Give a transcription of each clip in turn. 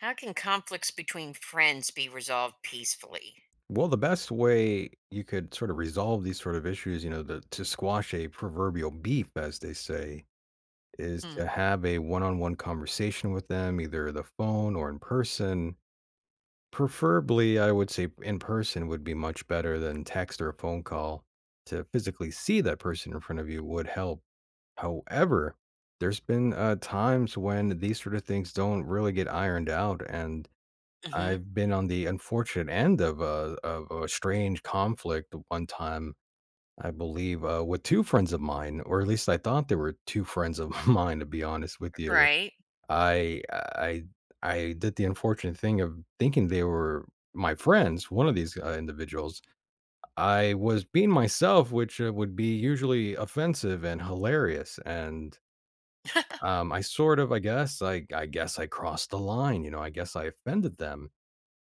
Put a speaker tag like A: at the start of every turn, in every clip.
A: How can conflicts between friends be resolved peacefully?
B: Well, the best way you could sort of resolve these sort of issues, you know, the, to squash a proverbial beef, as they say, is
A: Mm.
B: to have a one on one conversation with them, either the phone or in person. Preferably, I would say in person would be much better than text or a phone call. To physically see that person in front of you would help. However, there's been times when these sort of things don't really get ironed out. And
A: Mhm.
B: I've been on the unfortunate end of a strange conflict one time, I believe, with 2 friends of mine, or at least I thought they were 2 friends of mine, to be honest with you.
A: Right?
B: I I I did the unfortunate thing of thinking they were my friends, one of these, individuals. I was being myself, which, would be usually offensive and hilarious, and, I sort of I guess I crossed the line, you know, I guess I offended them.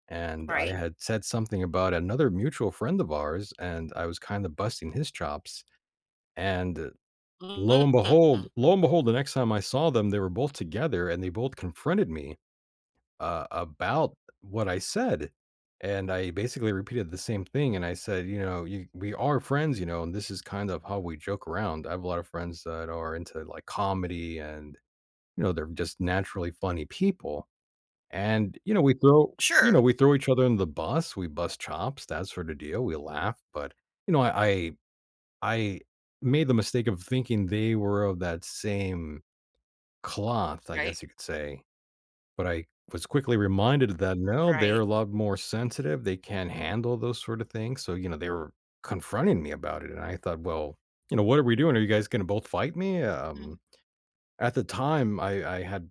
B: And I
A: Right?
B: had said something about another mutual friend of ours, and I was kinda busting his chops, and lo and behold
A: Mm.
B: lo and behold, the next time I saw them, they were both together, and they both confronted me, about what I said, and I basically repeated the same thing, and I said, "You know, you we are friends, you know, and this is kind of how we joke around." I have a lot of friends that are into, like, comedy and, you know, they're just naturally funny people, and, you know,
A: Sure.
B: we throw each other in the bus, we bust chops, that sort of deal, we laugh, but, you know, I I made the mistake of thinking they were of that same cloth, I
A: Right?
B: guess you could say, but I was quickly reminded that, no, they're
A: Right.
B: a lot more sensitive, they can't handle those sort of things, so, you know, they were confronting me about it, and I thought, "Well, you know, what are we doing? Are you guys gonna both fight me?"
A: Mhm.
B: At the time, I had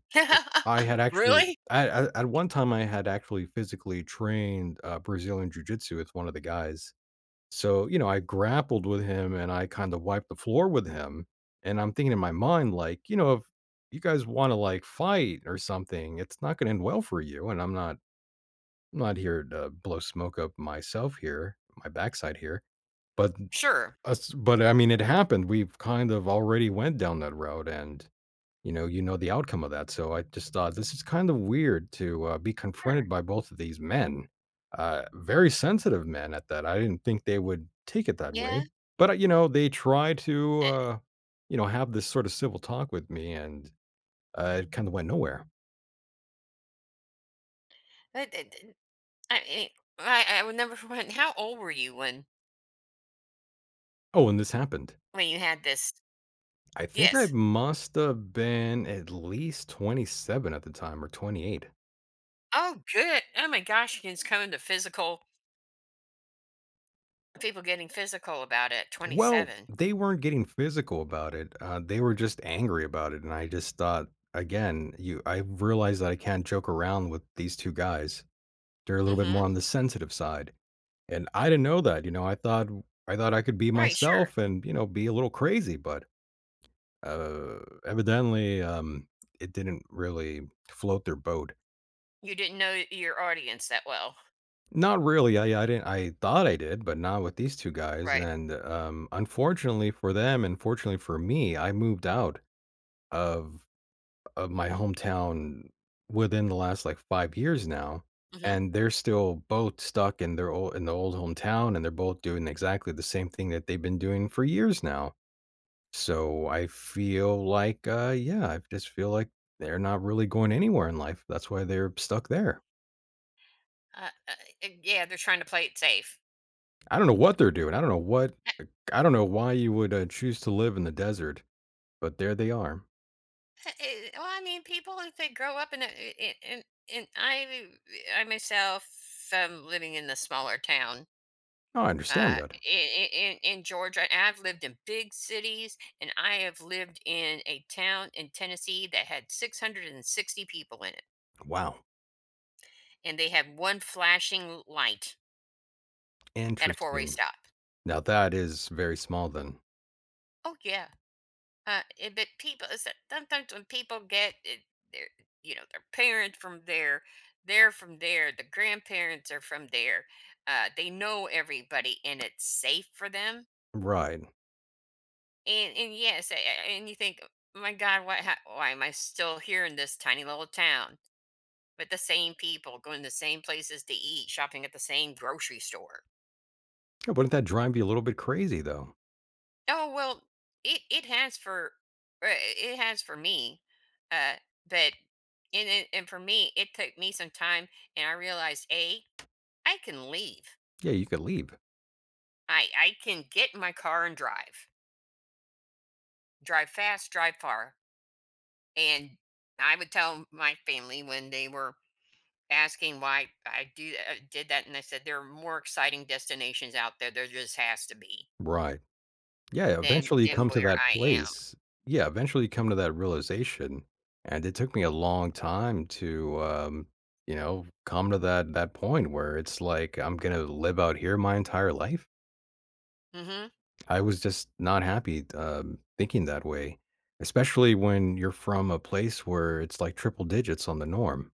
B: I had actually
A: Really?
B: I at one time, I had actually physically trained, Brazilian jiu-jitsu with one of the guys. So, you know, I grappled with him and I kinda wiped the floor with him, and I'm thinking in my mind, like, you know, if you guys wanna, like, fight or something, it's not gonna end well for you, and I'm not here to blow smoke up my backside here, but
A: Sure.
B: us but, I mean, it happened. We've kind of already went down that road, and you know the outcome of that. So I just thought this is kind of weird to be confronted
A: Sure.
B: by both of these men, very sensitive men at that. I didn't think they would take it that
A: Yeah.
B: way, but you know they try to
A: Eh,
B: you know have this sort of civil talk with me, and it kind of went nowhere.
A: but it did I mean, I would never forget, how old were you when
B: Oh, and this happened,
A: you had this?
B: I think I
A: Yes.
B: must have been at least 27 at the time or 28.
A: Oh, good. Oh my gosh, it's coming to physical, people getting physical about it,
B: Well,
A: 27.
B: they weren't getting physical about it. They were just angry about it, and I just thought, again, you, I realized that I can't joke around with these two guys. They're a little bit
A: Mhm.
B: more on the sensitive side, and I didn't know that. You know, I thought I could be
A: Right, sure.
B: myself and you know be a little crazy, but uh, evidently, it didn't really float their boat.
A: You didn't know your audience that well.
B: Not really. I didn't. I thought I did, but not with these two guys.
A: Right.
B: And unfortunately for them, and fortunately for me, I moved out of my hometown within the last, like, 5 years now,
A: Hmm.
B: and they're still both stuck in their old in the old hometown, and they're both doing exactly the same thing that they've been doing for years now. So I feel like, yeah, I just feel like they're not really going anywhere in life. That's why they're stuck there.
A: Yeah, they're trying to play it safe.
B: I don't know what they're doing. I don't know what
A: Uh,
B: uh, I don't know why you would, choose to live in the desert, but there they are.
A: Well, I mean, people, if they grow up in a in, I myself am living in a smaller town.
B: Oh, I understand
A: Uh,
B: that.
A: in, in Georgia. And I've lived in big cities, and I have lived in a town in Tennessee that had 660 people in it,
B: Wow,
A: and they had one flashing light at a four-way
B: interesting.
A: stop.
B: Now that is very small then.
A: Oh yeah. But people, sometimes when people get it, their, you know, their parents from there, they're from there, the grandparents are from there. They know everybody, and it's safe for them.
B: Right.
A: And yes, and you think, "Oh my God, why why am I still here in this tiny little town with the same people, going to the same places to eat, shopping at the same grocery store?"
B: Yeah, wouldn't that drive you a little bit crazy, though?
A: Oh well, it has for, it has for me, uh, but and for me, it took me some time, and I realized a I can leave.
B: Yeah, you could leave.
A: I can get in my car and drive, drive fast, drive far. And I would tell my family, when they were asking why I do did that, and I said there are more exciting destinations out there. There just has to be,
B: Right. Yeah, eventually you
A: than
B: come to
A: where
B: that
A: I
B: place. Yeah, eventually you come to that realization, and it took me a long time to, you know, come to that point where it's like, "I'm gonna live out here my entire life?"
A: am. Hmm.
B: I was just not happy, thinking that way, especially when you're from a place where it's, like, triple digits on the norm.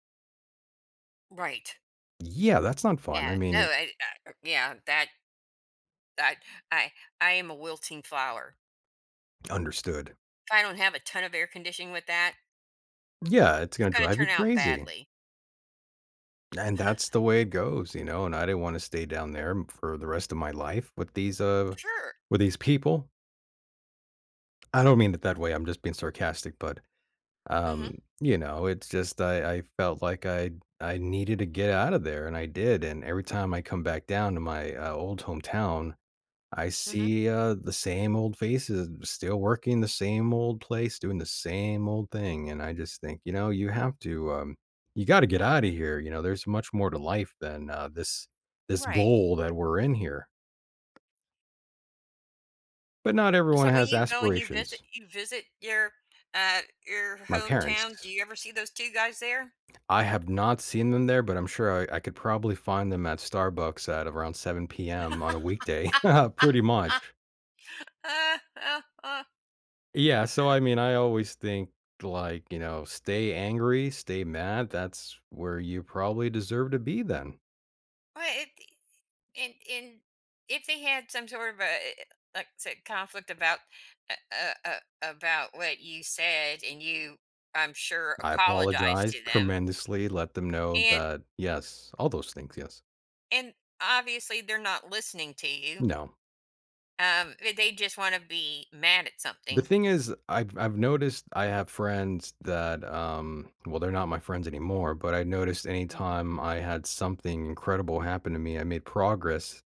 A: Right.
B: Yeah, that's not fun, I
A: Yeah. No.
B: mean.
A: Yeah. That I I I am a wilting flower.
B: Understood.
A: If I don't have a ton of air conditioning with that,
B: Yeah, it's
A: it's
B: gonna
A: going to
B: drive you
A: turn out
B: crazy.
A: badly.
B: And that's the way it goes, you know, and I didn't wanna stay down there m for the rest of my life with these, uh
A: Sure.
B: with these people. I don't mean it that way, I'm just being sarcastic, but, um,
A: Mhm.
B: you know, it's just I felt like I needed to get out of there, and I did, and every time I come back down to my, old hometown, I
A: Mhm.
B: see, the same old faces still working the same old place, doing the same old thing, and I just think, you know, you have to, you gotta get out of here, you know, there's much more to life than, this
A: Right.
B: bowl that we're in here. But not everyone
A: So when
B: has
A: you go and you visit
B: aspirations.
A: your, your
B: My
A: hometown, do
B: parents,
A: you ever see those two guys there?
B: I have not seen them there, but I'm sure I could probably find them at Starbucks at around 7 p.m. on a weekday, pretty much.
A: uh, uh, uh,
B: Yeah, so I mean, I always think like, you know, stay angry, stay mad. That's where you probably deserve to be then.
A: well, it, and if they had some sort of a, like I said, conflict about, uh, uh, uh, about what you said. And you, I'm sure,
B: I
A: apologized
B: apologized
A: to them.
B: tremendously, let them know
A: and
B: that yes, all those things, yes.
A: And obviously they're not listening to you.
B: No.
A: They just want to be mad at
B: The
A: something.
B: thing is, I've noticed I have friends that well, they're not my friends anymore, but I noticed
A: Mhm.
B: anytime I had something incredible happen to me, I made progress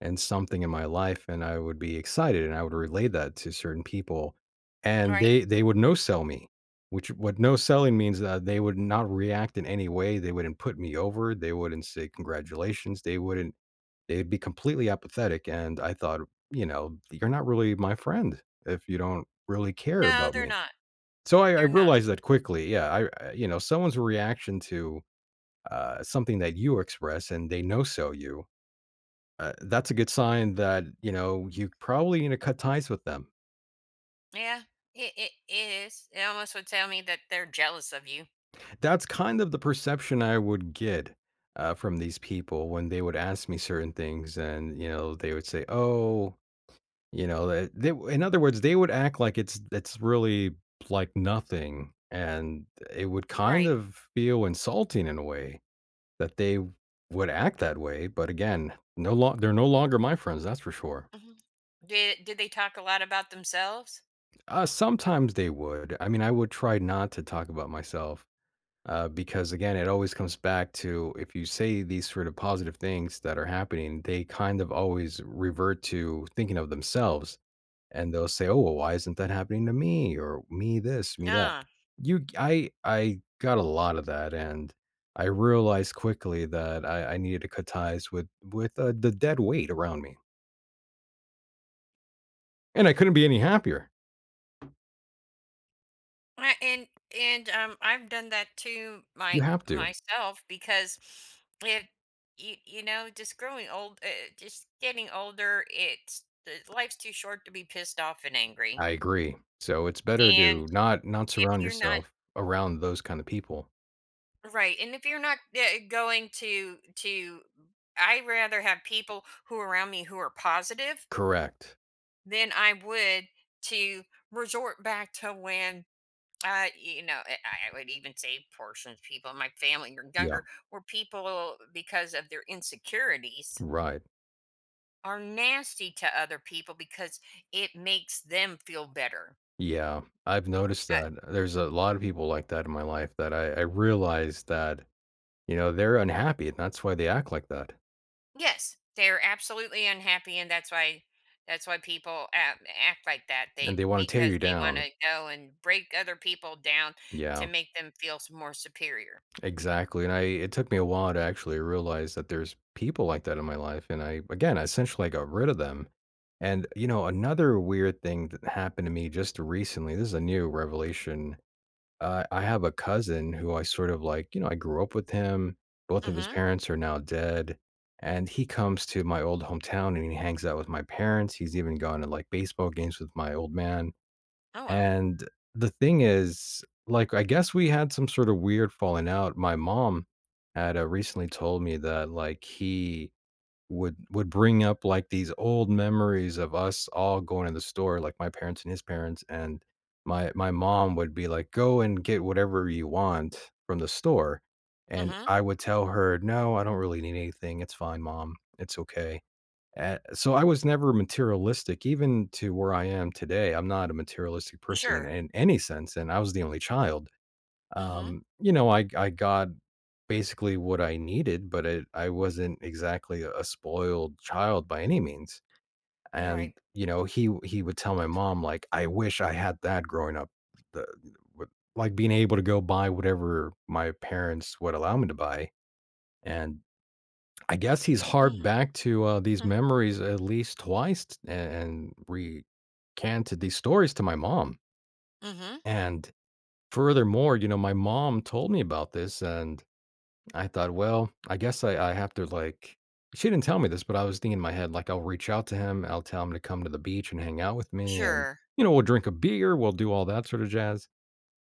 B: and something in my life, and I would be excited, and I would relay that to certain people, and
A: Right?
B: they would no sell me, which what no selling means that they would not react in any way. They wouldn't put me over. They wouldn't say congratulations. They wouldn't. They'd be completely apathetic. And I thought, you know, you're not really my friend if you don't really care
A: No,
B: about
A: they're
B: me.
A: not.
B: So I
A: They're not.
B: realized that quickly. Yeah, I- you know someone's reaction to something that you express and they no sell you, that's a good sign that, you know, you probably need to cut ties with them.
A: Yeah, it is. It almost would tell me that they're jealous of you,
B: That's kind of the perception I would get from these people when they would ask me certain things, and you know, they would say, "Oh, you know," that they, in other words, they would act like it's really like nothing, and it would kind
A: right?
B: of feel insulting in a way that they would act that way. But again, no, long they're no longer my friends. That's for sure.
A: Hmm. Did they talk a lot about themselves?
B: Sometimes they would. I mean, I would try not to talk about myself. Because again, it always comes back to if you say these sort of positive things that are happening, they kind of always revert to thinking of themselves and they'll say, "Oh, well, why isn't that happening to me?" or "Me this, me that."
A: Ah.
B: You, I got a lot of that, and I realized quickly that I needed to cut ties with the dead weight around me, and I couldn't be any happier.
A: I- and and I've done that too, my
B: You have to.
A: myself, because it you you know, just growing old, just getting older. It's, the life's too short to be pissed off and angry.
B: I agree. So it's better
A: And
B: to not
A: if
B: surround
A: you're not,
B: yourself around those kind of people.
A: right, and if you're not, going to, I rather have people who are around me who are positive
B: Correct.
A: than I would, to resort back to when. You know, I would even say portions of people in my family, or
B: Yeah,
A: younger, were people because of their insecurities,
B: right.
A: are nasty to other people because it makes them feel better.
B: Yeah, I've noticed
A: Uh,
B: that. There's a lot of people like that in my life that I realize that, you know, they're unhappy and that's why they act like that.
A: Yes, they're absolutely unhappy, and that's why, people act like that.
B: And
A: They,
B: they want to tear
A: because
B: you
A: they want
B: down.
A: to go and break other people down, to
B: Yeah,
A: make them feel more superior.
B: exactly. And I it took me a while to actually realize that there's people like that in my life. And I again I essentially got rid of them. And you know, another weird thing that happened to me just recently, this is a new revelation. I have a cousin who I sort of like, you know, I grew up with him. Both of his
A: Mm-hmm.
B: parents are now dead. And he comes to my old hometown and he hangs out with my parents. He's even gone to like baseball games with my old man.
A: Oh well.
B: And the thing is, like, I guess we had some sort of weird falling out. My mom had recently told me that, like, he would bring up, like, these old memories of us all going to the store, like, my parents and his parents, and my mom would be like, "Go and get whatever you want from the store," and
A: Mm-hmm.
B: I would tell her, "No, I don't really need anything, it's fine, mom, it's okay." So I was never materialistic even to where I am today, I'm not a materialistic person in
A: Sure.
B: any sense, and I was the only child
A: Mm-hmm.
B: you know, I got basically what I needed, but it, I wasn't exactly a spoiled child by any means. And
A: Right.
B: you know, he would tell my mom like, "I wish I had that growing up, the, with- like being able to go buy whatever my parents would allow me to buy." And I guess he's harped
A: Mm-hmm.
B: back to these memories at least twice and, recanted these stories to my mom.
A: Mm-hmm.
B: And furthermore, you know, my mom told me about this and I thought, well, I guess I have to like. She didn't tell me this, but I was thinking in my head, like, I'll reach out to him. I'll tell him to come to the beach and hang out with me. And,
A: Sure.
B: you know, we'll drink a beer. We'll do all that sort of jazz.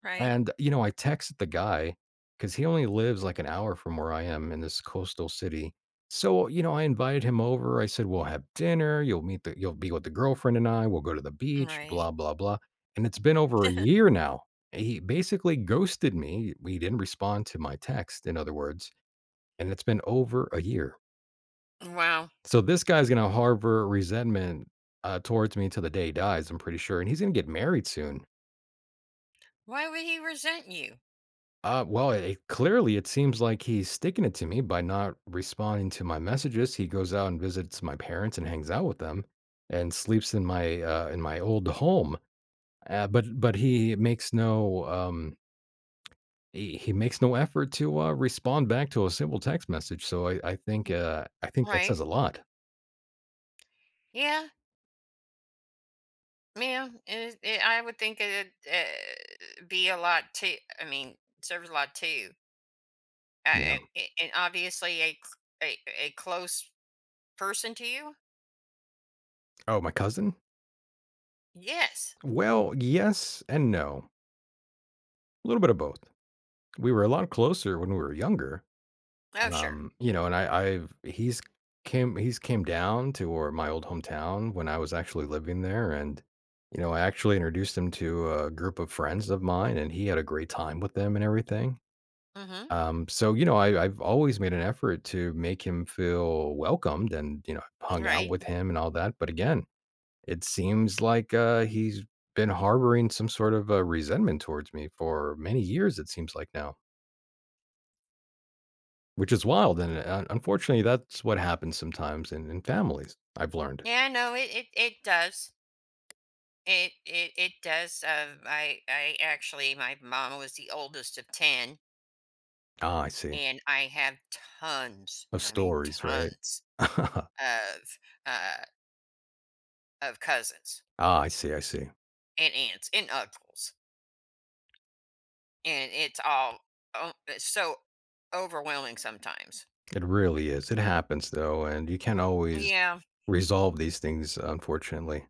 A: Right.
B: And, you know, I texted the guy because he only lives like an hour from where I am in this coastal city. So, you know, I invited him over. I said, we'll have dinner. You'll meet the, you'll be with the girlfriend and I. We'll go to the beach, blah,
A: Right.
B: blah, blah. And it's been over a year now. He basically ghosted me. He didn't respond to my text, in other words, and it's been over a year.
A: Wow.
B: So this guy's gonna harbor resentment towards me till the day he dies, I'm pretty sure. And he's gonna get married soon.
A: Why would he resent you?
B: Well, it, clearly it seems like he's sticking it to me by not responding to my messages. He goes out and visits my parents and hangs out with them, and sleeps in my old home. But he makes no, he makes no effort to respond back to a simple text message. So I think I think that
A: Right.
B: says a lot.
A: Yeah. Yeah. I would think it'd, be a lot too. I mean, serves a lot too.
B: Yeah.
A: I and obviously a c a close person to you?
B: Oh, my cousin?
A: Yes.
B: Well, yes and no. A little bit of both. We were a lot closer when we were younger.
A: Oh, sure.
B: You know, and I I've he's came down to or my old hometown when I was actually living there, and you know, I actually introduced him to a group of friends of mine and he had a great time with them and everything.
A: Mhm.
B: So you know, I've always made an effort to make him feel welcomed and, you know, hung out
A: Right.
B: with him and all that. But again, it seems like he's been harboring some sort of resentment towards me for many years, it seems like now, which is wild. And unfortunately, that's what happens sometimes in families, I've learned.
A: Yeah, no, it does. It does. I actually my mom was the oldest of 10,
B: Ah, I see.
A: and I have tons,
B: Of
A: and I mean
B: stories, right?
A: tons
B: Ah,
A: of, uh, of cousins
B: I see. I see.
A: and aunts and uncles. And it's all Oh, it's so overwhelming sometimes.
B: It really is. It happens, though. And you can't always
A: Yeah.
B: resolve these things, unfortunately.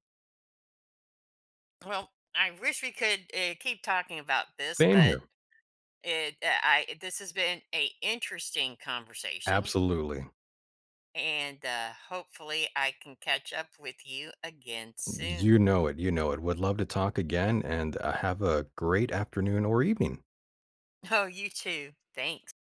A: Well, I wish we could, keep talking about this,
B: Same
A: but
B: here.
A: it I this has been a interesting conversation,
B: Absolutely.
A: and hopefully I can catch up with you again
B: You
A: soon.
B: know it. You know it. Would love to talk again and have a great afternoon or evening.
A: Oh, you too. Thanks.